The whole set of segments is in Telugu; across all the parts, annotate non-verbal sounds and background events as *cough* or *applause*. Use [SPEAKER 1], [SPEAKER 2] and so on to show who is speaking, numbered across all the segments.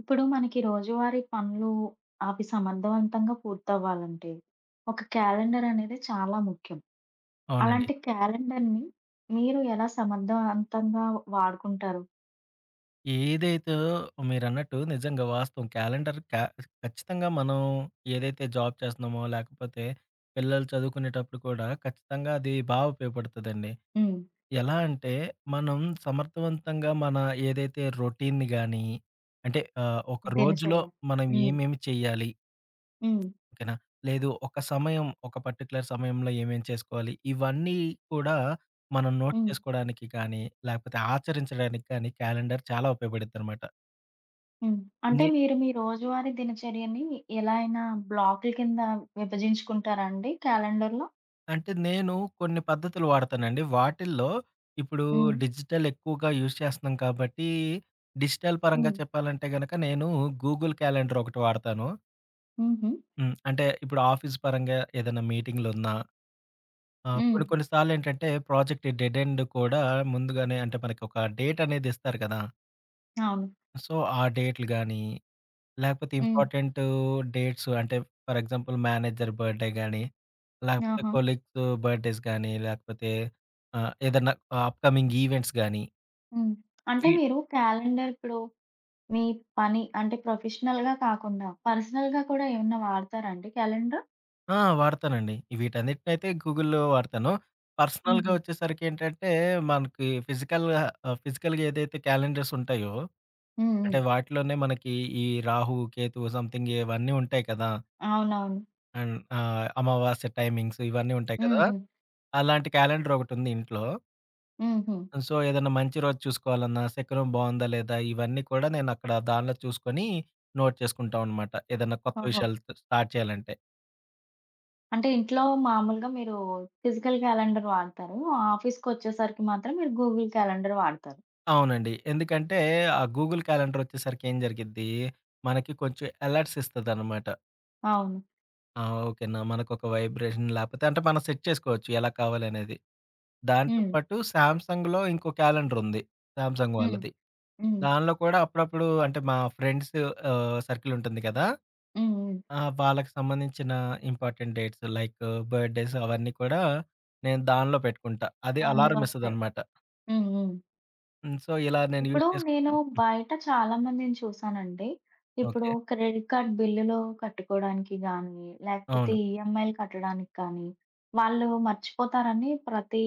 [SPEAKER 1] ఇప్పుడు మనకి రోజువారీ పనులు అవి సమర్థవంతంగా పూర్తవ్వాలంటే ఒక క్యాలెండర్ అనేది చాలా ముఖ్యం.
[SPEAKER 2] అవునండి.
[SPEAKER 1] అలాంటి క్యాలెండర్‌ని మీరు ఎలా సమర్థవంతంగా వాడుకుంటారు?
[SPEAKER 2] ఏదైతే మీరన్నట్టు నిజంగా వాస్తవం. క్యాలెండర్ క ఖచ్చితంగా మనం ఏదైతే జాబ్ చేస్తున్నామో, లేకపోతే పిల్లలు చదువుకునేటప్పుడు కూడా ఖచ్చితంగా అది ఉపయోగపడుతదండి.
[SPEAKER 1] హ్మ్.
[SPEAKER 2] ఎలా అంటే, మనం సమర్థవంతంగా మన ఏదైతే రొటీన్‌ని గానీ, అంటే ఒక రోజులో
[SPEAKER 1] దినచర్య.
[SPEAKER 2] మనం
[SPEAKER 1] హ్మ్.
[SPEAKER 2] ఏమేమి చేయాలి,
[SPEAKER 1] హ్మ్.
[SPEAKER 2] ఓకేనా? లేదు, ఒక సమయం, ఒక పర్టిక్యులర్ సమయంలో ఏమేం చేసుకోవాలి, ఇవన్నీ కూడా మనం నోట్
[SPEAKER 1] హ్మ్.
[SPEAKER 2] చేసుకోడానికి కానీ, లేకపోతే ఆచరించడానికి కానీ క్యాలెండర్ చాలా ఉపయోగపడిద్దనమాట.
[SPEAKER 1] హ్మ్. అంటే
[SPEAKER 2] నే
[SPEAKER 1] మీరు మీ రోజువారీ దినచర్యని ఎలా అయినా బ్లాకుల కింద విభజించుకుంటారా అండి క్యాలెండర్‌లో?
[SPEAKER 2] అంటే నేను కొన్ని పద్ధతులు వాడతానండి. వాటిల్లో ఇప్పుడు
[SPEAKER 1] హ్మ్.
[SPEAKER 2] డిజిటల్ ఎక్కువగా యూజ్ చేస్తున్నాం కాబట్టి, డిజిటల్ పరంగా
[SPEAKER 1] హ్మ్.
[SPEAKER 2] చెప్పాలంటే గనక నేను గూగుల్ క్యాలెండర్ ఒకటి వాడతాను.
[SPEAKER 1] హుహు.
[SPEAKER 2] హ్మ్. అంటే ఇప్పుడు ఆఫీస్ పరంగా ఏదైనా మీటింగ్‌లున్నా,
[SPEAKER 1] హ్మ్.
[SPEAKER 2] కొన్ని కొన్ని సార్లేంటంటే ప్రాజెక్ట్ డెడ్ ఎండ్ కూడా ముందుగానే అంటే మనకి ఒక డేట్ అనేది ఇస్తారు కదా!
[SPEAKER 1] అవును.
[SPEAKER 2] సో, ఆ డేట్లు గాని, లేకపోతే
[SPEAKER 1] హ్మ్.
[SPEAKER 2] ఇంపార్టెంట్ డేట్స్, అంటే ఫర్ ఎగ్జాంపుల్ మేనేజర్ బర్త్‌డే గాని, లేకపోతే
[SPEAKER 1] ఆహా!
[SPEAKER 2] కొలీగ్స్ బర్త్‌డేస్ గాని, లేకపోతే ఏదన్నా అప్‌కమింగ్ ఈవెంట్స్ గాని,
[SPEAKER 1] హ్మ్. అంటే
[SPEAKER 2] వీ
[SPEAKER 1] మీరు క్యాలెండర్ ఇప్పుడు మీ పని అంటే ప్రొఫెషనల్‌గా కాకుండా, పర్సనల్‌గా కూడా ఏమన్నా వాడతారా అండి క్యాలెండర్?
[SPEAKER 2] ఆ! వాడతానండి. వీటన్నిటినైతే గూగుల్‌లో వాడతాను. పర్సనల్‌గా
[SPEAKER 1] హుహు.
[SPEAKER 2] వచ్చేసరికి ఏంటంటే, మనకి ఫిజికల్‌గా ఫిజికల్‌గా ఏదైతే క్యాలెండర్స్ ఉంటాయో,
[SPEAKER 1] హ్మ్.
[SPEAKER 2] అంటే
[SPEAKER 1] హ్మ్.
[SPEAKER 2] వాటిలోనే మనకి ఈ రాహు, కేతువు సంథింగ్ ఇవన్నీ ఉంటాయి కదా!
[SPEAKER 1] అవునవును.
[SPEAKER 2] అండ్ అమావాస్య టైమింగ్స్ ఇవన్నీ ఉంటాయి కదా!
[SPEAKER 1] హ్మ్. హ్మ్.
[SPEAKER 2] అలాంటి క్యాలెండర్ ఒకటుంది ఇంట్లో.
[SPEAKER 1] హుహు.
[SPEAKER 2] సో, ఏదన్నా మంచి రోజు చూసుకోవాలన్నా, శకునం బావుందా లేదా? ఇవన్నీ కూడా నేనక్కడ దానిలో చూసుకొని నోట్ చేసుకుంటామనమాట. ఏదన్నా కొత్త
[SPEAKER 1] ఓహో!
[SPEAKER 2] విషయాలు స్టార్ట్ చేయాలంటే.
[SPEAKER 1] అంటే ఇంట్లో మామూలుగా మీరు ఫిజికల్ క్యాలెండర్ వాడతారు. ఆఫీస్‌కొచ్చేసరికి మాత్రం మీరు గూగుల్ క్యాలెండర్ వాడతారు.
[SPEAKER 2] అవునండి. ఎందుకంటే, ఆ గూగుల్ క్యాలెండర్ వచ్చేసరికి ఏం జరిగిద్ది, మనకి కొంచెం అలర్ట్స్ ఇస్తదనమాట.
[SPEAKER 1] అవును.
[SPEAKER 2] ఆ! ఓకేనా, మనకొక వైబ్రేషన్ లేపోతే అంటే మనం సెట్ చేసుకోవచ్చు ఎలా కావాలనేది. దాంతో
[SPEAKER 1] హ్మ్.
[SPEAKER 2] పాటు సామ్‌సంగ్‌లో ఇంకో క్యాలెండరుంది. సామ్‌సంగ్
[SPEAKER 1] హ్మ్.
[SPEAKER 2] వాళ్ళది.
[SPEAKER 1] హ్మ్.
[SPEAKER 2] దానిలో కూడా అప్పుడప్పుడు అంటే మా ఫ్రెండ్స్ సర్కిల్ ఉంటుంది కదా!
[SPEAKER 1] హ్మ్. హ్మ్.
[SPEAKER 2] ఆ! వాళ్ళకి సంబంధించిన ఇంపార్టెంట్ డేట్స్ లైక్ బర్త్‌డేస్ అవన్నీ కూడా నేను దానిలో పెట్టుకుంటా. అది
[SPEAKER 1] అందులో
[SPEAKER 2] అలారం
[SPEAKER 1] వస్తాయి.
[SPEAKER 2] ఇస్తదనమాట.
[SPEAKER 1] హ్మ్. హ్మ్.
[SPEAKER 2] హ్మ్. సో, ఇలా నేను యూజ్
[SPEAKER 1] ఇప్పుడు నేను
[SPEAKER 2] చేసుకుంటాను. హ్మ్.
[SPEAKER 1] బయట చాలా మందిని చూసానండి. ఇప్పుడు
[SPEAKER 2] ఓకే.
[SPEAKER 1] క్రెడిట్ కార్డ్ బిల్లులు కట్టుకోవడానికి గానీ, లేకపోతే
[SPEAKER 2] అవును.
[SPEAKER 1] ఈఎంఐలు కట్టడానికి కానీ, వాళ్ళు మర్చిపోతారని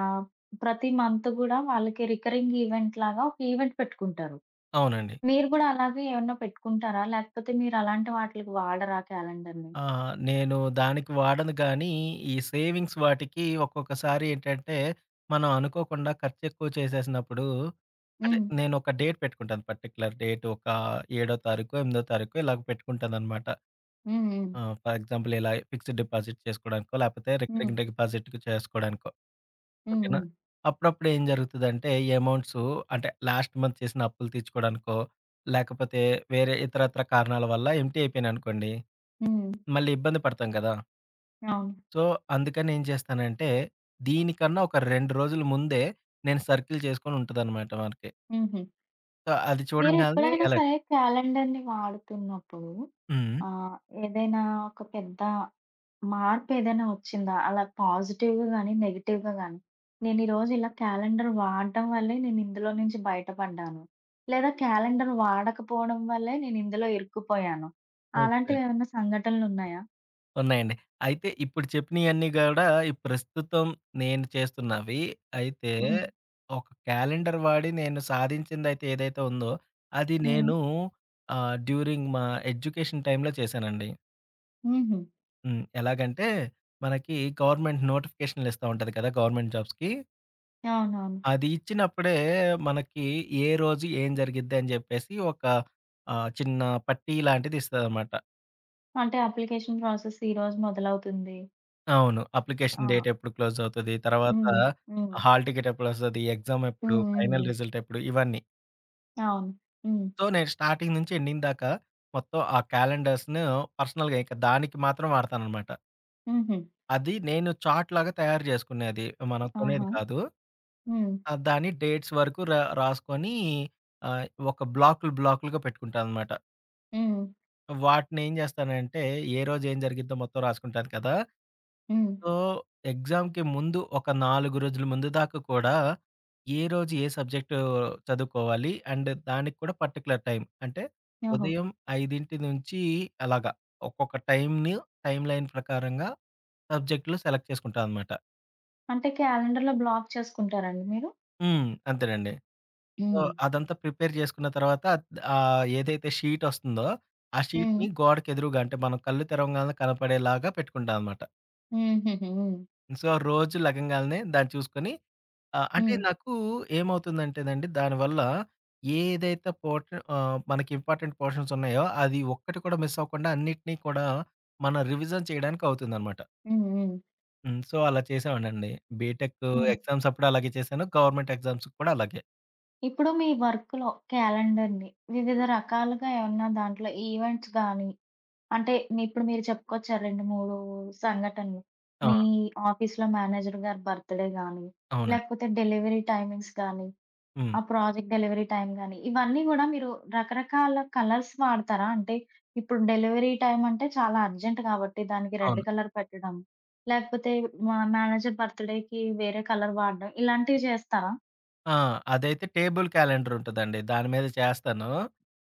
[SPEAKER 1] ఆహ్, ప్రతి మంత్ గూడా వాళ్ళకి రికరింగ్ ఈవెంట్ లాగా ఒక ఈవెంట్ పెట్టుకుంటారు.
[SPEAKER 2] అవునండి.
[SPEAKER 1] మీరు గూడా అలాగే ఏమన్నా పెట్టుకుంటారా? లేకపోతే మీరు అలాంటి వాటిలకి వాడరా క్యాలెండర్‌ని?
[SPEAKER 2] ఆ! నేను దానికి వాడను గానీ, ఈ సేవింగ్స్ వాటికి ఒక్కొక్కసారి ఏంటంటే, మనం అనుకోకుండా ఖర్చెక్కువ చేసేసినప్పుడు అంటే
[SPEAKER 1] హ్మ్.
[SPEAKER 2] నేనొక డేట్ పెట్టుకుంటాను. పర్టిక్యులర్ డేట్, ఒక ఏడో తారీఖో, ఎనిమిదో తారీఖో ఇలాగ పెట్టుకుంటాననమాట.
[SPEAKER 1] హ్మ్. హ్మ్.
[SPEAKER 2] ఆ! ఫర్ ఎగ్జాంపుల్ ఇలా ఫిక్స్‌డ్ డిపాజిట్ చేసుకోడానికో, లేపోతే
[SPEAKER 1] హ్మ్.
[SPEAKER 2] రికరింగ్ డిపాజిట్ చేసుకోడానికో.
[SPEAKER 1] హ్మ్.
[SPEAKER 2] ఓకేనా?
[SPEAKER 1] హ్మ్.
[SPEAKER 2] అప్పుడప్పుడు ఏం జరుగుతదంటే, ఈ అమౌంట్స్ అంటే లాస్ట్ మంత్ చేసిన అప్పులు తీర్చుకోవడానికో, లేకపోతే వేరే ఇతరత్ర కారణాల వల్ల ఎంప్టీ అయిపోయినాయనుకోండి,
[SPEAKER 1] హ్మ్.
[SPEAKER 2] మళ్ళీ ఇబ్బంది పడతాం కదా!
[SPEAKER 1] అవును.
[SPEAKER 2] సో, అందుకని ఏం చేస్తానంటే, దీనికన్నా ఒక 2 రోజుల ముందే నేను సర్కిల్ చేసుకొని ఉంటదనమాట మనకి.
[SPEAKER 1] హుహు.
[SPEAKER 2] సో, అది
[SPEAKER 1] మీరు
[SPEAKER 2] చూడంగానే
[SPEAKER 1] ఎప్పుడైనా
[SPEAKER 2] ఎలర్ట్.
[SPEAKER 1] సరే క్యాలెండర్‌ని వాడుతున్నప్పుడు
[SPEAKER 2] హ్మ్.
[SPEAKER 1] ఆ! ఏదైనా ఒక పెద్ద మార్పేదైనా వచ్చిందా? అలా పాజిటివ్‌గా గాని, నెగెటివ్‌గా గాని. నేనీరోజు ఇలా క్యాలెండర్ వాడడం వల్లే నేనిందులో నుంచి బయటపడ్డాను. లేదా క్యాలెండర్ వాడకపోవడం వల్లే నేనిందులో ఇరుక్కుపోయాను.
[SPEAKER 2] ఓకే.
[SPEAKER 1] అలాంటివేమన్నా సంఘటనలున్నాయా?
[SPEAKER 2] ఉన్నాయండి. అయితే ఇప్పుడు చెప్పినయన్నీ గూడా ఈ ప్రస్తుతం నేను చేస్తున్నవి. అయితే
[SPEAKER 1] హ్మ్.
[SPEAKER 2] హ్మ్. ఒక క్యాలెండర్ వాడి నేను సాధించిందైతే ఏదైతే ఉందో, అది
[SPEAKER 1] హ్మ్.
[SPEAKER 2] నేను డ్యూరింగ్ మా ఎడ్యుకేషన్ టైమ్‌లో చేశానండి.
[SPEAKER 1] హుహు.
[SPEAKER 2] హ్మ్. ఎలాగంటే మనకి గవర్నమెంట్ నోటిఫికేషన్‌లు ఇస్తా ఉంటది కదా! గవర్నమెంట్ జాబ్స్‌కి.
[SPEAKER 1] అవునవును.
[SPEAKER 2] అది ఇచ్చినప్పుడే మనకి ఏ రోజు ఏం జరిగిద్ది అని జెప్పేసి ఒక చిన్న పట్టీ లాంటిది ఇస్తదనమాట.
[SPEAKER 1] అంటే అప్లికేషన్ ప్రాసెస్ ఈరోజు మొదలవుతుంది.
[SPEAKER 2] అవును.
[SPEAKER 1] ఆ!
[SPEAKER 2] అప్లికేషన్ డేట్ ఎప్పుడు క్లోజ్ అవుతది, తర్వాత
[SPEAKER 1] హ్మ్. హ్మ్.
[SPEAKER 2] హాల్ టికెట్ ఎప్పుడొస్తది, ఎగ్జామ్ ఎప్పుడు,
[SPEAKER 1] హ్మ్. హ్మ్.
[SPEAKER 2] ఫైనల్
[SPEAKER 1] హ్మ్.
[SPEAKER 2] రిజల్ట్ ఎప్పుడు, ఇవన్నీ.
[SPEAKER 1] అవును. హ్మ్.
[SPEAKER 2] సో, నేను స్టార్టింగ్ నుంచి ఎండింగ్ దాకా మొత్తం ఆ క్యాలెండర్స్‌ను పర్సనల్‌గా ఇక దానికి మాత్రం వాడతాననమాట.
[SPEAKER 1] హుహు.
[SPEAKER 2] అది నేను చార్ట్ లాగా తయారు చేసుకునేది. మనం కొనేది
[SPEAKER 1] ఆహా!
[SPEAKER 2] కాదు.
[SPEAKER 1] హ్మ్.
[SPEAKER 2] దాని డేట్స్ వరకు రాసుకొని ఆహ్, ఒక బ్లాకులు బ్లాకులుగా పెట్టుకుంటాననమాట.
[SPEAKER 1] హ్మ్.
[SPEAKER 2] వాటినేం చేస్తానంటే ఏ రోజు ఏం జరిగిద్దో మొత్తం రాసుకుంటాను కదా!
[SPEAKER 1] హ్మ్.
[SPEAKER 2] సో, ఎగ్జామ్‌కి ముందు ఒక 4 రోజుల ముందు దాకా కూడా, ఏ రోజు ఏ సబ్జెక్టు చదువుకోవాలి. అండ్ దానికి కూడా పర్టిక్యులర్ టైం. అంటే
[SPEAKER 1] ఓహో!
[SPEAKER 2] ఉదయం 5 నుంచి అలాగా ఒక్కొక్క టైమ్‌ని టైమ్ లైన్ ప్రకారంగా సబ్జెక్టులు సెలెక్ట్ చేసుకుంటా అనమాట.
[SPEAKER 1] అంటే క్యాలెండర్‌లో బ్లాక్ చేసుకుంటారండి మీరు?
[SPEAKER 2] హ్మ్. అంతేనండి. సో,
[SPEAKER 1] హ్మ్.
[SPEAKER 2] అదంతా ప్రిపేర్ చేసుకున్న తర్వాత ఏదైతే షీట్ వస్తుందో, ఆ
[SPEAKER 1] హ్మ్.
[SPEAKER 2] షీట్‌ని గోడకెదురుగా అంటే మనం కళ్ళు తెరవంగానే కనపడేలాగా పెట్టుకుంటా అనమాట.
[SPEAKER 1] హుహుహు. హ్మ్.
[SPEAKER 2] సో, రోజు లెగంగాల్నే దాన్ని చూసుకొని అంటే
[SPEAKER 1] హ్మ్.
[SPEAKER 2] నాకు ఏమవుతుందంటేనండి దానివల్ల ఏదైతే పోర్షన్ మనకి ఇంపార్టెంట్ పోర్షన్స్ ఉన్నాయో అది ఒక్కటి కూడా మిస్ అవ్వకుండా అన్నిటిని కూడా మనం రివిజన్ చేయడానికి అవుతుందనమాట.
[SPEAKER 1] హ్మ్. హ్మ్.
[SPEAKER 2] హ్మ్. సో, అలా చేసేవాడినండి. బీటెక్
[SPEAKER 1] హ్మ్.
[SPEAKER 2] ఎగ్జామ్స్ అప్పుడు అలాగే చేశాను. గవర్నమెంట్ ఎగ్జామ్స్ కూడా అలాగే.
[SPEAKER 1] ఇప్పుడు మీ వర్క్‌లో క్యాలెండర్‌ని వివిధ
[SPEAKER 2] హ్మ్.
[SPEAKER 1] రకాలుగా ఏమన్నా దాంట్లో ఈవెంట్స్ గానీ, అంటే మీ ఇప్పుడు మీరు చెప్పుకొచ్చారు 2, 3 సంఘటనలు. మీ
[SPEAKER 2] ఆ!
[SPEAKER 1] ఆఫీస్‌లో మేనేజర్ గారి బర్త్‌డే గానీ,
[SPEAKER 2] అవునండి.
[SPEAKER 1] లేకపోతే డెలివరీ టైమింగ్స్ గానీ,
[SPEAKER 2] హ్మ్.
[SPEAKER 1] ఆ ప్రాజెక్ట్ డెలివరీ టైమ్ గాని, ఇవన్నీ గూడా మీరు రకరకాల కలర్స్ వాడతారా? అంటే ఇప్పుడు డెలివరీ టైమ్ అంటే చాలా అర్జెంట్ కాబట్టి దానికి రెడ్
[SPEAKER 2] అవును.
[SPEAKER 1] కలర్ పెట్టడం. లేకపోతే మా మేనేజర్ బర్త్‌డేకి వేరే కలర్ వాడడం. ఇలాంటివి చేస్తారా?
[SPEAKER 2] ఆ! అదైతే టేబుల్ క్యాలెండర్ ఉంటదండి. దాని మీద చేస్తాను.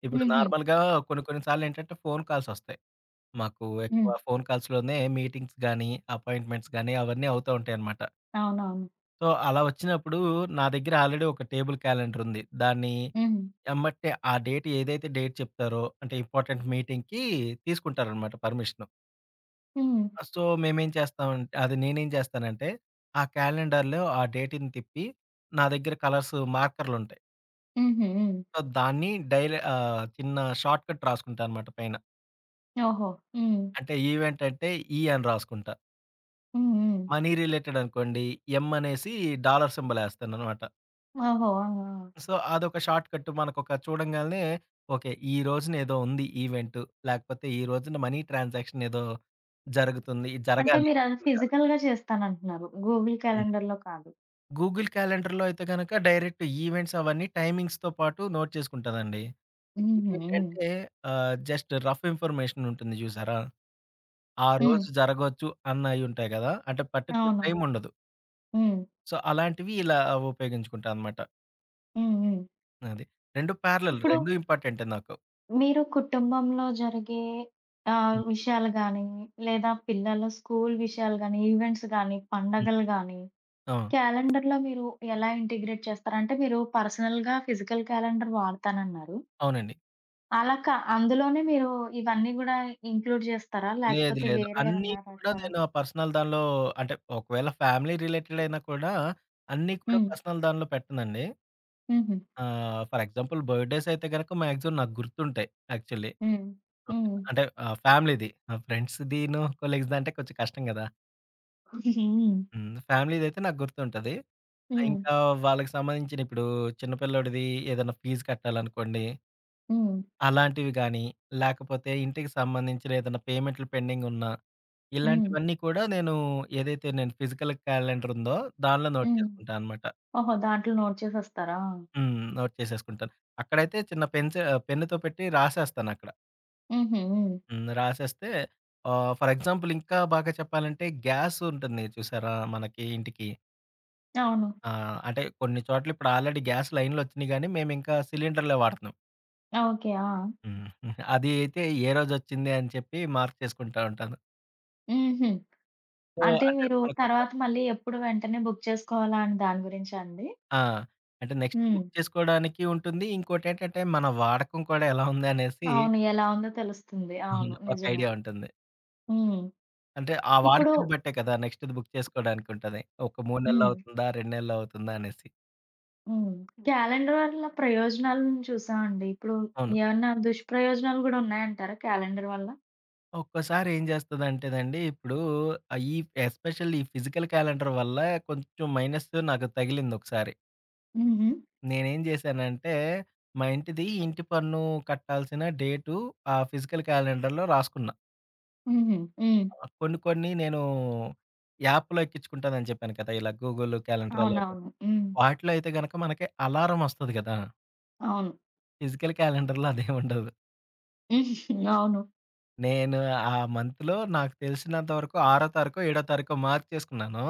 [SPEAKER 2] ఇప్పుడు
[SPEAKER 1] హుహు.
[SPEAKER 2] నార్మల్‌గా కొన్ని కొన్ని సార్లేంటంటే ఫోను కాల్సొస్తాయి. మాకు
[SPEAKER 1] హ్మ్.
[SPEAKER 2] ఎక్కువ ఫోను కాల్స్‌లోనే మీటింగ్స్ గానీ, అపాయింట్మెంట్స్ గానీ అవన్నీ అవుతూ ఉంటాయనమాట.
[SPEAKER 1] అవునవును.
[SPEAKER 2] సో, అలా వచ్చినప్పుడు నా దగ్గర ఆల్రెడీ ఒక టేబుల్ క్యాలెండరుంది. దాన్ని
[SPEAKER 1] హ్మ్.
[SPEAKER 2] ఎమ్మటే ఆ డేట్ ఏదైతే డేట్ చెప్తారో అంటే ఇంపార్టెంట్ మీటింగ్‌కి తీసుకుంటారనమాట పర్మిషను.
[SPEAKER 1] హ్మ్.
[SPEAKER 2] సో, మేమేం చేస్తామంటే అది నేనేం చేస్తానంటే, ఆ క్యాలెండర్‌లో ఆ డేట్‌ని తిప్పి నా దగ్గర కలర్స్ మార్కర్‌లుంటాయి.
[SPEAKER 1] హుహు. హ్మ్.
[SPEAKER 2] సో, దాన్ని డైలీ చిన్న షార్ట్‌కట్ రాసుకుంటా అనమాట పైన.
[SPEAKER 1] ఓహో! హ్మ్.
[SPEAKER 2] అంటే ఈవెంట్ అంటే ఈ అని రాసుకుంటా.
[SPEAKER 1] హ్మ్. హ్మ్.
[SPEAKER 2] మనీ రిలేటెడ్ అనుకోండి. ఎమ్ అనేసి డాలర్ సింబల్ ఏస్తాననమాట.
[SPEAKER 1] ఓహో! ఆ! ఆ!
[SPEAKER 2] సో, అదొక షార్ట్ కట్ మనకొక చూడంగాల్నే ఓకే. ఈ రోజున ఏదో ఉంది ఈవెంటు. లేకపోతే ఈ రోజున మనీ ట్రాన్సాక్షన్ ఏదో జరుగుతుంది.
[SPEAKER 1] అంటే
[SPEAKER 2] జరగాలి
[SPEAKER 1] మీరది
[SPEAKER 2] యాక్చువల్‌గా అని.
[SPEAKER 1] ఫిజికల్‌గా చేస్తానంటున్నారు. గూగుల్
[SPEAKER 2] హ్మ్.
[SPEAKER 1] క్యాలెండర్‌లో కాదు.
[SPEAKER 2] గూగుల్ క్యాలెండర్‌లో అయితే గనక డైరెక్ట్ ఈవెంట్స్ అవన్నీ టైమింగ్స్‌తో పాటు నోట్ చేసుకుంటదండి.
[SPEAKER 1] హుహు. హ్మ్.
[SPEAKER 2] ఇదేంటంటే జస్ట్ రఫ్ ఇన్ఫర్మేషన్ ఉంటుంది జూసారా? ఆ
[SPEAKER 1] హ్మ్.
[SPEAKER 2] రోజు జరగొచ్చు అన్నయుంటాయి గదా! అంటే పర్టిక్యులర్
[SPEAKER 1] అవునవును.
[SPEAKER 2] టైముండదు.
[SPEAKER 1] హ్మ్.
[SPEAKER 2] సో, అలాంటివి ఇలా ఉపయోగించుకుంటా అనమాట.
[SPEAKER 1] హ్మ్. హ్మ్.
[SPEAKER 2] అది. 2 పారలెల్
[SPEAKER 1] ఇప్పుడు
[SPEAKER 2] 2 ఇంపార్టెంటే నాకు.
[SPEAKER 1] మీరు కుటుంబంలో జరిగే
[SPEAKER 2] హ్మ్.
[SPEAKER 1] విషయాలు గానీ, లేదా పిల్లల స్కూల్ విషయాలు గానీ, ఈవెంట్స్ గానీ,
[SPEAKER 2] హ్మ్.
[SPEAKER 1] పండగలు గానీ,
[SPEAKER 2] ఆ!
[SPEAKER 1] క్యాలెండర్‌లో మీరు ఎలా ఇంటిగ్రేట్ చేస్తారు? అంటే మీరు పర్సనల్‌గా ఫిజికల్ క్యాలెండర్ వాడతానన్నారు.
[SPEAKER 2] అవునండి.
[SPEAKER 1] అలా అందులోనే మీరు ఇవన్నీ గూడా ఇంక్లూడ్ జేస్తారా?
[SPEAKER 2] లేదు
[SPEAKER 1] లేకపోతే
[SPEAKER 2] లేదు.
[SPEAKER 1] వేరే
[SPEAKER 2] అన్నీ
[SPEAKER 1] ఏమన్నా
[SPEAKER 2] కూడా
[SPEAKER 1] రాస్తారా?
[SPEAKER 2] నేను ఆ పర్సనల్ దానిలో అంటే ఒకవేళ ఫ్యామిలీ రిలేటెడ్ అయినా కూడా అన్నీ కూడా
[SPEAKER 1] హ్మ్.
[SPEAKER 2] పర్సనల్ దానిలో పెట్టనండి.
[SPEAKER 1] హుహు.
[SPEAKER 2] ఫర్ ఎగ్జాంపుల్ బర్త్‌డేస్ అయితే గనక మాక్సిమం నాకు గుర్తుంటాయి యాక్చువల్లీ.
[SPEAKER 1] హ్మ్. హ్మ్.
[SPEAKER 2] ఓకేనా. అంటే ఫ్యామిలీది. ఫ్రెండ్స్‌దిను, కొలీగ్స్‌ది అంటే కొంచెం కష్టం గదా!
[SPEAKER 1] హ్మ్.
[SPEAKER 2] హ్మ్. ఫ్యామిలీదైతే నాకు గుర్తుంటది.
[SPEAKER 1] హ్మ్.
[SPEAKER 2] ఇంకా వాళ్ళకి సంబంధించిన ఇప్పుడు చిన్న పిల్లోడిది ఏదైనా ఫీజు కట్టాలనుకోండి,
[SPEAKER 1] హ్మ్.
[SPEAKER 2] అలాంటివి గానీ, లేకపోతే ఇంటికి సంబంధించిన ఏదైనా పేమెంట్‌లు పెండింగున్నా,
[SPEAKER 1] హ్మ్.
[SPEAKER 2] ఇలాంటివన్నీ కూడా నేను ఏదైతే నేను ఫిజికల్ క్యాలెండర్ ఉందో దానిలో నోట్
[SPEAKER 1] హ్మ్.
[SPEAKER 2] చేసుకుంటా అనమాట.
[SPEAKER 1] ఓహో! దాంట్లో నోట్ చేసేస్తారా?
[SPEAKER 2] హ్మ్. నోట్ చేసేసుకుంటాను. అక్కడైతే చిన్న పెన్స్ పెన్నుతో పెట్టి రాసేస్తానక్కడ.
[SPEAKER 1] హుహు. హ్మ్.
[SPEAKER 2] హ్మ్. రాసేస్తే ఫర్ ఎగ్జాంపుల్ ఇంకా బాగా చెప్పాలంటే గ్యాస్ ఉంటుంది చూసారా మనకి ఇంటికి.
[SPEAKER 1] అవును.
[SPEAKER 2] ఆ! అంటే కొన్ని చోట్ల ఇప్పుడు ఆల్రెడీ గ్యాస్ లైన్‌లొచ్చినియి గానీ, మేమింకా సిలిండర్‌లే వాడుతున్నాం.
[SPEAKER 1] ఓకే. ఆ!
[SPEAKER 2] హ్మ్. అది అయితే ఏ రోజొచ్చింది అని చెప్పి మార్క్ చేసుకుంటా ఉంటాను.
[SPEAKER 1] హుహు.
[SPEAKER 2] సో,
[SPEAKER 1] అంటే
[SPEAKER 2] అంటే
[SPEAKER 1] మీరు
[SPEAKER 2] మనకొక
[SPEAKER 1] తర్వాత మళ్ళీ ఎప్పుడు వెంటనే బుక్ చేసుకోవాలా అని దాని గురించా అండి?
[SPEAKER 2] ఆ! అంటే నెక్స్ట్
[SPEAKER 1] హ్మ్.
[SPEAKER 2] బుక్ చేసుకోవడానికి ఉంటుంది. ఇంకోటేంటంటే మన వాడకం కూడా ఎలా ఉందనేసి
[SPEAKER 1] అవును. ఎలా ఉందో తెలుస్తుంది. అవును.
[SPEAKER 2] అవును. ఒక
[SPEAKER 1] నిజమే.
[SPEAKER 2] ఐడియా ఉంటుంది.
[SPEAKER 1] హ్మ్.
[SPEAKER 2] అంటే ఆ
[SPEAKER 1] ఇప్పుడు
[SPEAKER 2] వాడకాన్ని బట్టే కదా నెక్స్ట్‌ది బుక్ చేసుకోవడానికుంటది. ఒక 3 నెలలు
[SPEAKER 1] హ్మ్.
[SPEAKER 2] అవుతుందా? 2 నెలలు అవుతుందా? అనేసి.
[SPEAKER 1] హ్మ్. హ్మ్. క్యాలెండర్ వల్ల ప్రయోజనాలను చూసామండి. ఇప్పుడు
[SPEAKER 2] అవును.
[SPEAKER 1] ఏమన్నా దుష్ప్రయోజనాలు గూడా ఉన్నాయంటారా క్యాలెండర్ వల్ల?
[SPEAKER 2] ఒక్కోసారి ఏం చేస్తదంటేనండి ఇప్పుడు ఈ ఎస్పెషల్లీ ఈ ఫిజికల్ క్యాలెండర్ వల్ల కొంచెం మైనస్ నాకు తగిలిందొకసారి.
[SPEAKER 1] హుహు.
[SPEAKER 2] నేనేం చేశానంటే మా ఇంటిది ఇంటి పన్ను కట్టాల్సిన డేటు ఆ ఫిజికల్ క్యాలెండర్‌లో రాసుకున్నా.
[SPEAKER 1] హుహు. హ్మ్.
[SPEAKER 2] కొన్ని కొన్ని నేను యాప్‌లో ఎక్కించుకుంటానని చెప్పాను కదా! ఇలా గూగుల్ క్యాలెండర్ అలాగా.
[SPEAKER 1] అవునవును. హ్మ్.
[SPEAKER 2] వాటిలో అయితే గనక మనకి అలారం ఒస్తది కదా!
[SPEAKER 1] అవును.
[SPEAKER 2] ఫిజికల్ క్యాలెండర్‌లో అదేముండదు.
[SPEAKER 1] *laughs* అవును.
[SPEAKER 2] నేను ఆ మంత్‌లో నాకు తెలిసినంత వరకు ఆరో తారీఖో, ఏడో తారీఖో మార్క్ చేసుకున్నాను.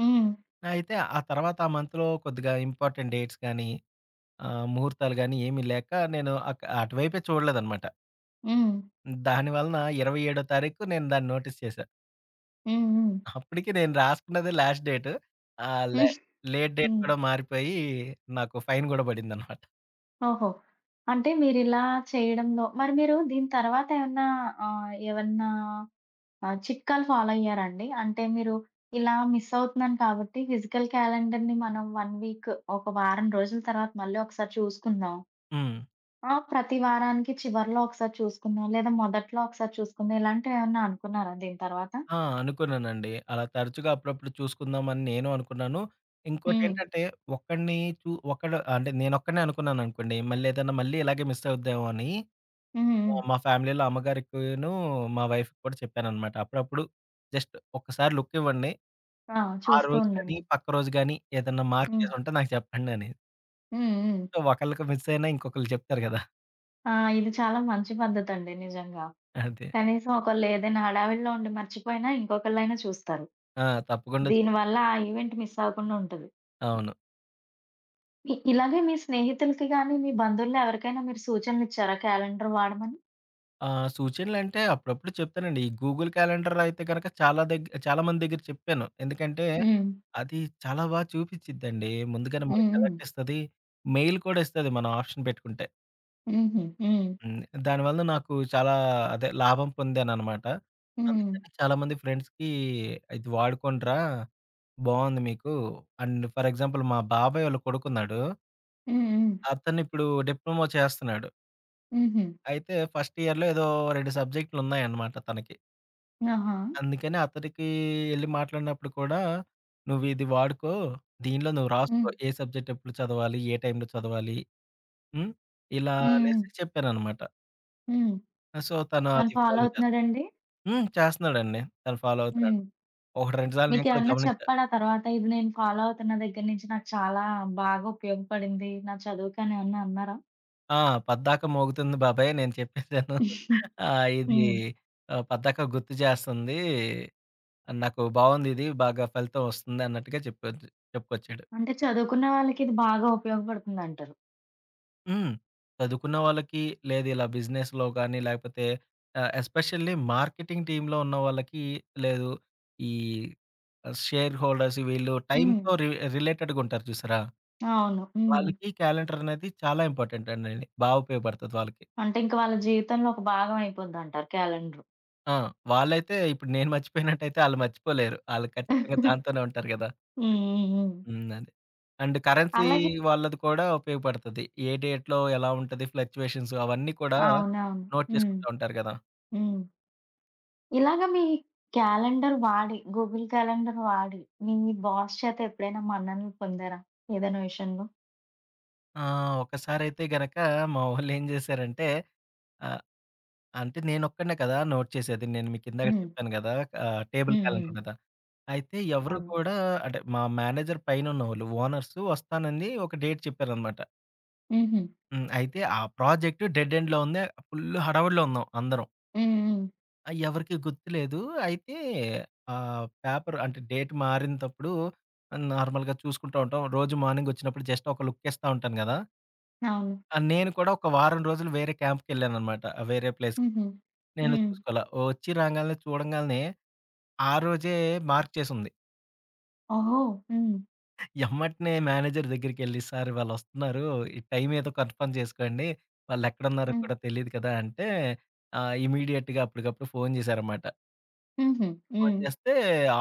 [SPEAKER 1] హ్మ్.
[SPEAKER 2] అయితే ఆ తర్వాత ఆ మంత్‌లో కొద్దిగా ఇంపార్టెంట్ డేట్స్ గానీ, ముహూర్తాలు గానీ ఏమీ లేక నేను అటువైపే చూడలేదనమాట.
[SPEAKER 1] హ్మ్.
[SPEAKER 2] దాని వలన 27 తారీఖు నేను దాన్ని నోటీస్ చేశాను.
[SPEAKER 1] హ్మ్. హ్మ్.
[SPEAKER 2] అప్పటికి నేను రాసుకున్నదే లాస్ట్ డేట్. ఆహ్, లే
[SPEAKER 1] హ్మ్.
[SPEAKER 2] లేట్ డేట్
[SPEAKER 1] హ్మ్.
[SPEAKER 2] కూడా మారిపోయి నాకు ఫైన్ గూడా పడిందనమాట.
[SPEAKER 1] ఓహో! అంటే మీరిలా చేయడంలో మరి మీరు దీని తర్వాతేమన్నా ఏవన్నా చిట్కాలు ఫాలో అయ్యారాండి? అంటే మీరు ఇలా మిస్ అవుతున్నాను కాబట్టి ఫిజికల్ క్యాలెండర్‌ని మనం 1 వీక్ ఒక వారం రోజుల తర్వాత మళ్ళీ ఒకసారి చూసుకుందాం.
[SPEAKER 2] హ్మ్.
[SPEAKER 1] ఆ! ప్రతి వారానికి చివరిలో ఒకసారి చూసుకుందాం. లేదా మొదట్లో ఒకసారి చూసుకుందాం. ఇలాంటివేమన్నా అనుకున్నారా దీని తర్వాత?
[SPEAKER 2] ఆ! అనుకున్నానండి. అలా తరచుగా అప్పుడప్పుడు చూసుకుందామని నేను అనుకున్నాను.
[SPEAKER 1] హ్మ్.
[SPEAKER 2] ఇంకోటేంటంటే ఒక్కడిని ఒక్కడు అంటే నేనొక్కడినే అనుకున్నాననుకోండి. మళ్ళీ ఏదైనా మళ్ళీ ఇలాగే మిస్ అవుద్దేమో అని
[SPEAKER 1] హ్మ్. హ్మ్.
[SPEAKER 2] మా ఫ్యామిలీలో అమ్మగారికిను, మా వైఫ్‌కి కూడా చెప్పాననమాట. అప్పుడప్పుడు జస్ట్ ఒక్కసారి లుక్ ఇవ్వండి.
[SPEAKER 1] ఆ!
[SPEAKER 2] ఆ
[SPEAKER 1] చూస్తూ
[SPEAKER 2] రోజు గాని,
[SPEAKER 1] ఉండండి.
[SPEAKER 2] పక్క రోజు గాని ఏదన్నా మార్క్
[SPEAKER 1] హ్మ్.
[SPEAKER 2] చేసుంటే నాకు చెప్పండని.
[SPEAKER 1] హ్మ్. హ్మ్.
[SPEAKER 2] సో, ఒకళ్ళకి మిస్ అయినా ఇంకొకళ్ళు చెప్తారు గదా!
[SPEAKER 1] ఆ! ఇది చాలా మంచి పద్ధతండి నిజంగా.
[SPEAKER 2] అదే.
[SPEAKER 1] కనీసం ఒకళ్ళు ఏదైనా హడావిడిలో ఉండి మర్చిపోయినా ఇంకొకళ్ళైనా చూస్తారు.
[SPEAKER 2] ఆ! తప్పకుండా
[SPEAKER 1] దీనివల్ల ఆ ఈవెంట్ మిస్ అవ్వకుండా ఉంటది.
[SPEAKER 2] అవును.
[SPEAKER 1] ఇలాగే మీ స్నేహితులకి గాని, మీ బంధువుల్లో ఎవరికైనా మీరు సూచనలిచ్చారా క్యాలెండర్ వాడమని?
[SPEAKER 2] సూచనలంటే అప్పుడప్పుడు చెప్తానండి. ఈ గూగుల్ క్యాలెండర్ అయితే గనక చాలా చాలా మంది దగ్గర చెప్పాను. ఎందుకంటే
[SPEAKER 1] హ్మ్.
[SPEAKER 2] అది చాలా చూపిచ్చిద్దండి. ముందుగానే
[SPEAKER 1] హ్మ్.
[SPEAKER 2] మనకి
[SPEAKER 1] హ్మ్.
[SPEAKER 2] అలర్ట్ ఇస్తది. మెయిల్ కూడా ఇస్తది మనం ఆప్షన్ పెట్టుకుంటే.
[SPEAKER 1] హుహు. హ్మ్.
[SPEAKER 2] హ్మ్. దానివల్ల నాకు చాలా అదే లాభం పొందాననమాట.
[SPEAKER 1] హ్మ్.
[SPEAKER 2] అందుకని చాలామంది ఫ్రెండ్స్‌కి ఇది వాడుకోండిరా, బావుంది మీకు. అండ్ ఫర్ ఎగ్జాంపుల్ మా బాబాయ్ వాళ్ళ కొడుకున్నాడు.
[SPEAKER 1] హ్మ్. హ్మ్.
[SPEAKER 2] అతనిప్పుడు డిప్లొమా చేస్తున్నాడు.
[SPEAKER 1] హుహు.
[SPEAKER 2] అయితే ఫస్ట్ ఇయర్‌లో ఏదో 2 సబ్జెక్టులున్నాయన్నమాట తనకి.
[SPEAKER 1] ఆహా!
[SPEAKER 2] అందుకని అతనికి ఎళ్లి మాట్లాడినప్పుడు కూడా, "నువ్విది వాడుకో, దీనిలో నువ్వు రాసుకో.
[SPEAKER 1] హ్మ్.
[SPEAKER 2] ఏ సబ్జెక్ట్ ఎప్పుడు చదవాలి, ఏ టైంలో చదవాలి." హ్మ్. ఇలా హ్మ్.
[SPEAKER 1] హ్మ్.
[SPEAKER 2] అనేసి చెప్పానన్నమాట.
[SPEAKER 1] హ్మ్.
[SPEAKER 2] సో, తను
[SPEAKER 1] తను
[SPEAKER 2] అది
[SPEAKER 1] ఫాలో
[SPEAKER 2] ఫాలో చేస్తా
[SPEAKER 1] అవుతున్నాడండి?
[SPEAKER 2] హ్మ్. చేస్తున్నాడండి. తను ఫాలో అవుతున్నాడు.
[SPEAKER 1] హ్మ్.
[SPEAKER 2] ఒకటి రెండు సార్లు నేను కూడా
[SPEAKER 1] మీకేమన్నా
[SPEAKER 2] గమనించా.
[SPEAKER 1] చెప్పాడా తర్వాత? ఇది నేను ఫాలో అవుతున్న దగ్గర నుంచి నాకు చాలా బాగా ఉపయోగపడింది. నా చదువుకనేమన్నా అన్నారా?
[SPEAKER 2] ఆ! "పద్దాక మోగుతుంది బాబాయ్ నేను చెప్పేసాను.
[SPEAKER 1] *laughs*
[SPEAKER 2] ఇది
[SPEAKER 1] హ్మ్.
[SPEAKER 2] పద్దాక గుర్తు చేస్తుంది. నాకు బావుందిది. బాగా ఫలితం వస్తుంది" అన్నట్టుగా చెప్పుకొచ్చాడు.
[SPEAKER 1] అంటే చదువుకున్న వాళ్ళకి ఇది బాగా ఉపయోగపడుతుందంటారు.
[SPEAKER 2] హ్మ్. చదువుకున్న వాళ్ళకి లేదు ఇలా బిజినెస్‌లో గాని లేకపోతే ఎస్పెషల్లీ మార్కెటింగ్ టీమ్‌లో ఉన్న వాళ్ళకి లేదు ఈ షేర్ హోల్డర్స్ వీళ్ళు హ్మ్.
[SPEAKER 1] హ్మ్.
[SPEAKER 2] టైమ్‌తో రిలేటెడ్‌గా ఉంటారు చూసారా?
[SPEAKER 1] అవును. హ్మ్.
[SPEAKER 2] వాళ్ళకి క్యాలెండర్ అనేది చాలా ఇంపార్టెంట్ అండి. బాగా ఉపయోగపడుతది వాళ్ళకి.
[SPEAKER 1] అంటే ఇంక వాళ్ళ జీవితంలో ఒక భాగం అయిపోద్దంటారు క్యాలెండరు.
[SPEAKER 2] ఆ! వాళ్ళైతే ఇప్పుడు నేను మర్చిపోయినట్టయితే ఆళ్ళు మర్చిపోలేరు. ఆళ్ళు ఖచ్చితంగా దాంతోనే ఉంటారు కదా!
[SPEAKER 1] హ్మ్. హ్మ్. హ్మ్.
[SPEAKER 2] హ్మ్. అదే. అండ్ కరెన్సీ
[SPEAKER 1] అలాగే
[SPEAKER 2] వాళ్ళది కూడా ఉపయోగపడుతది. ఏ డేట్‌లో ఎలా ఉంటది ఫ్లక్చుయేషన్స్ అవన్నీ కూడా
[SPEAKER 1] అవునవును.
[SPEAKER 2] నోట్
[SPEAKER 1] హ్మ్.
[SPEAKER 2] చేసుకుంటూ ఉంటారు కదా!
[SPEAKER 1] హ్మ్. ఇలాగ మీ క్యాలెండర్ వాడి, గూగుల్ క్యాలెండర్ వాడి మీ బాస్ చేత ఎప్పుడైనా మన్ననలు పొందారా? ఏదైనా విషయంలో?
[SPEAKER 2] ఆ! ఒకసారైతే గనక మా వోళ్ళేం జేశారంటే ఆహ్, అంటే నేనొక్కడినే కదా నోట్ చేసేది. నేను మీకిందాక
[SPEAKER 1] హ్మ్.
[SPEAKER 2] చెప్పాను గదా! టేబుల్
[SPEAKER 1] హ్మ్. హ్మ్.
[SPEAKER 2] క్యాలెండర్ మీద. అయితే ఎవరు
[SPEAKER 1] అవును.
[SPEAKER 2] కూడా అంటే మా మేనేజర్ పైనున్నోళ్ళు ఓనర్స్ వస్తానని ఒక డేట్ చెప్పారనమాట.
[SPEAKER 1] హుహు.
[SPEAKER 2] హ్మ్. అయితే ఆ ప్రాజెక్ట్ డెడ్ ఎండ్‌లో ఉంది. ఫుల్ హడావుడిలో ఉన్నాం అందరం.
[SPEAKER 1] హ్మ్. హ్మ్.
[SPEAKER 2] ఎవరికీ గుర్తులేదు. అయితే పేపర్ అంటే డేట్ మారినప్పుడు నార్మల్‌గా చూసుకుంటూ ఉంటాం. రోజు మార్నింగొచ్చినప్పుడు జస్ట్ ఒక లుక్కేస్తా ఉంటాను గదా!
[SPEAKER 1] అవును.
[SPEAKER 2] ఆ! నేను కూడా ఒక వారం రోజులు వేరే క్యాంప్‌కెళ్ళాననమాట. వేరే ప్లేస్.
[SPEAKER 1] హుహు.
[SPEAKER 2] నేను
[SPEAKER 1] హ్మ్.
[SPEAKER 2] చూసుకోలా. వచ్చి రాంగాల్నే చూడంగాల్నే ఆ రోజే మార్క్ చేసుంది.
[SPEAKER 1] ఓహో! హ్మ్.
[SPEAKER 2] ఎమ్మటనే మేనేజర్ దగ్గరికెళ్ళి సార్ వాళ్ళొస్తున్నారు. ఈ టైం ఏదో కన్ఫర్మ్ చేసుకోండి. వాళ్ళెక్కడున్నారో
[SPEAKER 1] హ్మ్.
[SPEAKER 2] కూడా తెలీదు కదా! అంటే ఇమ్మీడియేట్‌గా అప్పటికప్పుడు ఫోను జేశారనమాట.
[SPEAKER 1] హుహు.
[SPEAKER 2] ఫోను
[SPEAKER 1] హ్మ్.
[SPEAKER 2] జేస్తే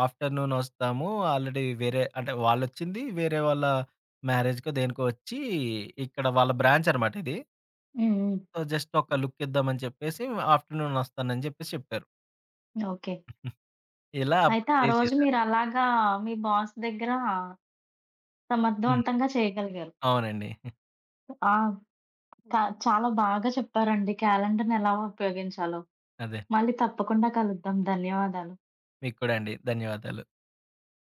[SPEAKER 2] ఆఫ్టర్‌నూన్ ఒస్తాము. ఆల్రెడీ వేరే అంటే వాళ్ళొచ్చింది వేరే వాళ్ళ మ్యారేజ్‌కో దేనికో వచ్చి ఇక్కడ వాళ్ళ బ్రాంచ్ అనమాట ఇది.
[SPEAKER 1] హ్మ్. హ్మ్.
[SPEAKER 2] సో, జస్ట్ ఒక లుక్కిద్దామని చెప్పేసి ఆఫ్టర్‌నూన్ వస్తానని చెప్పేసి చెప్పారు.
[SPEAKER 1] ఓకే.
[SPEAKER 2] ఇలా అప్పుడు
[SPEAKER 1] అయితే ఆ
[SPEAKER 2] స్టే
[SPEAKER 1] రోజు
[SPEAKER 2] చేశారు.
[SPEAKER 1] మీరలాగా మీ బాస్ దగ్గర
[SPEAKER 2] హ్మ్.
[SPEAKER 1] సమర్థవంతంగా చేయగలిగారు.
[SPEAKER 2] అవునండి.
[SPEAKER 1] ఆ! క హ్మ్. చాలా బాగా చెప్పారండి క్యాలెండర్‌ని ఎలా ఉపయోగించాలో.
[SPEAKER 2] అదే.
[SPEAKER 1] మళ్ళీ తప్పకుండా కలుద్దాం. ధన్యవాదాలు.
[SPEAKER 2] మీకు కూడా అండి. ధన్యవాదాలు.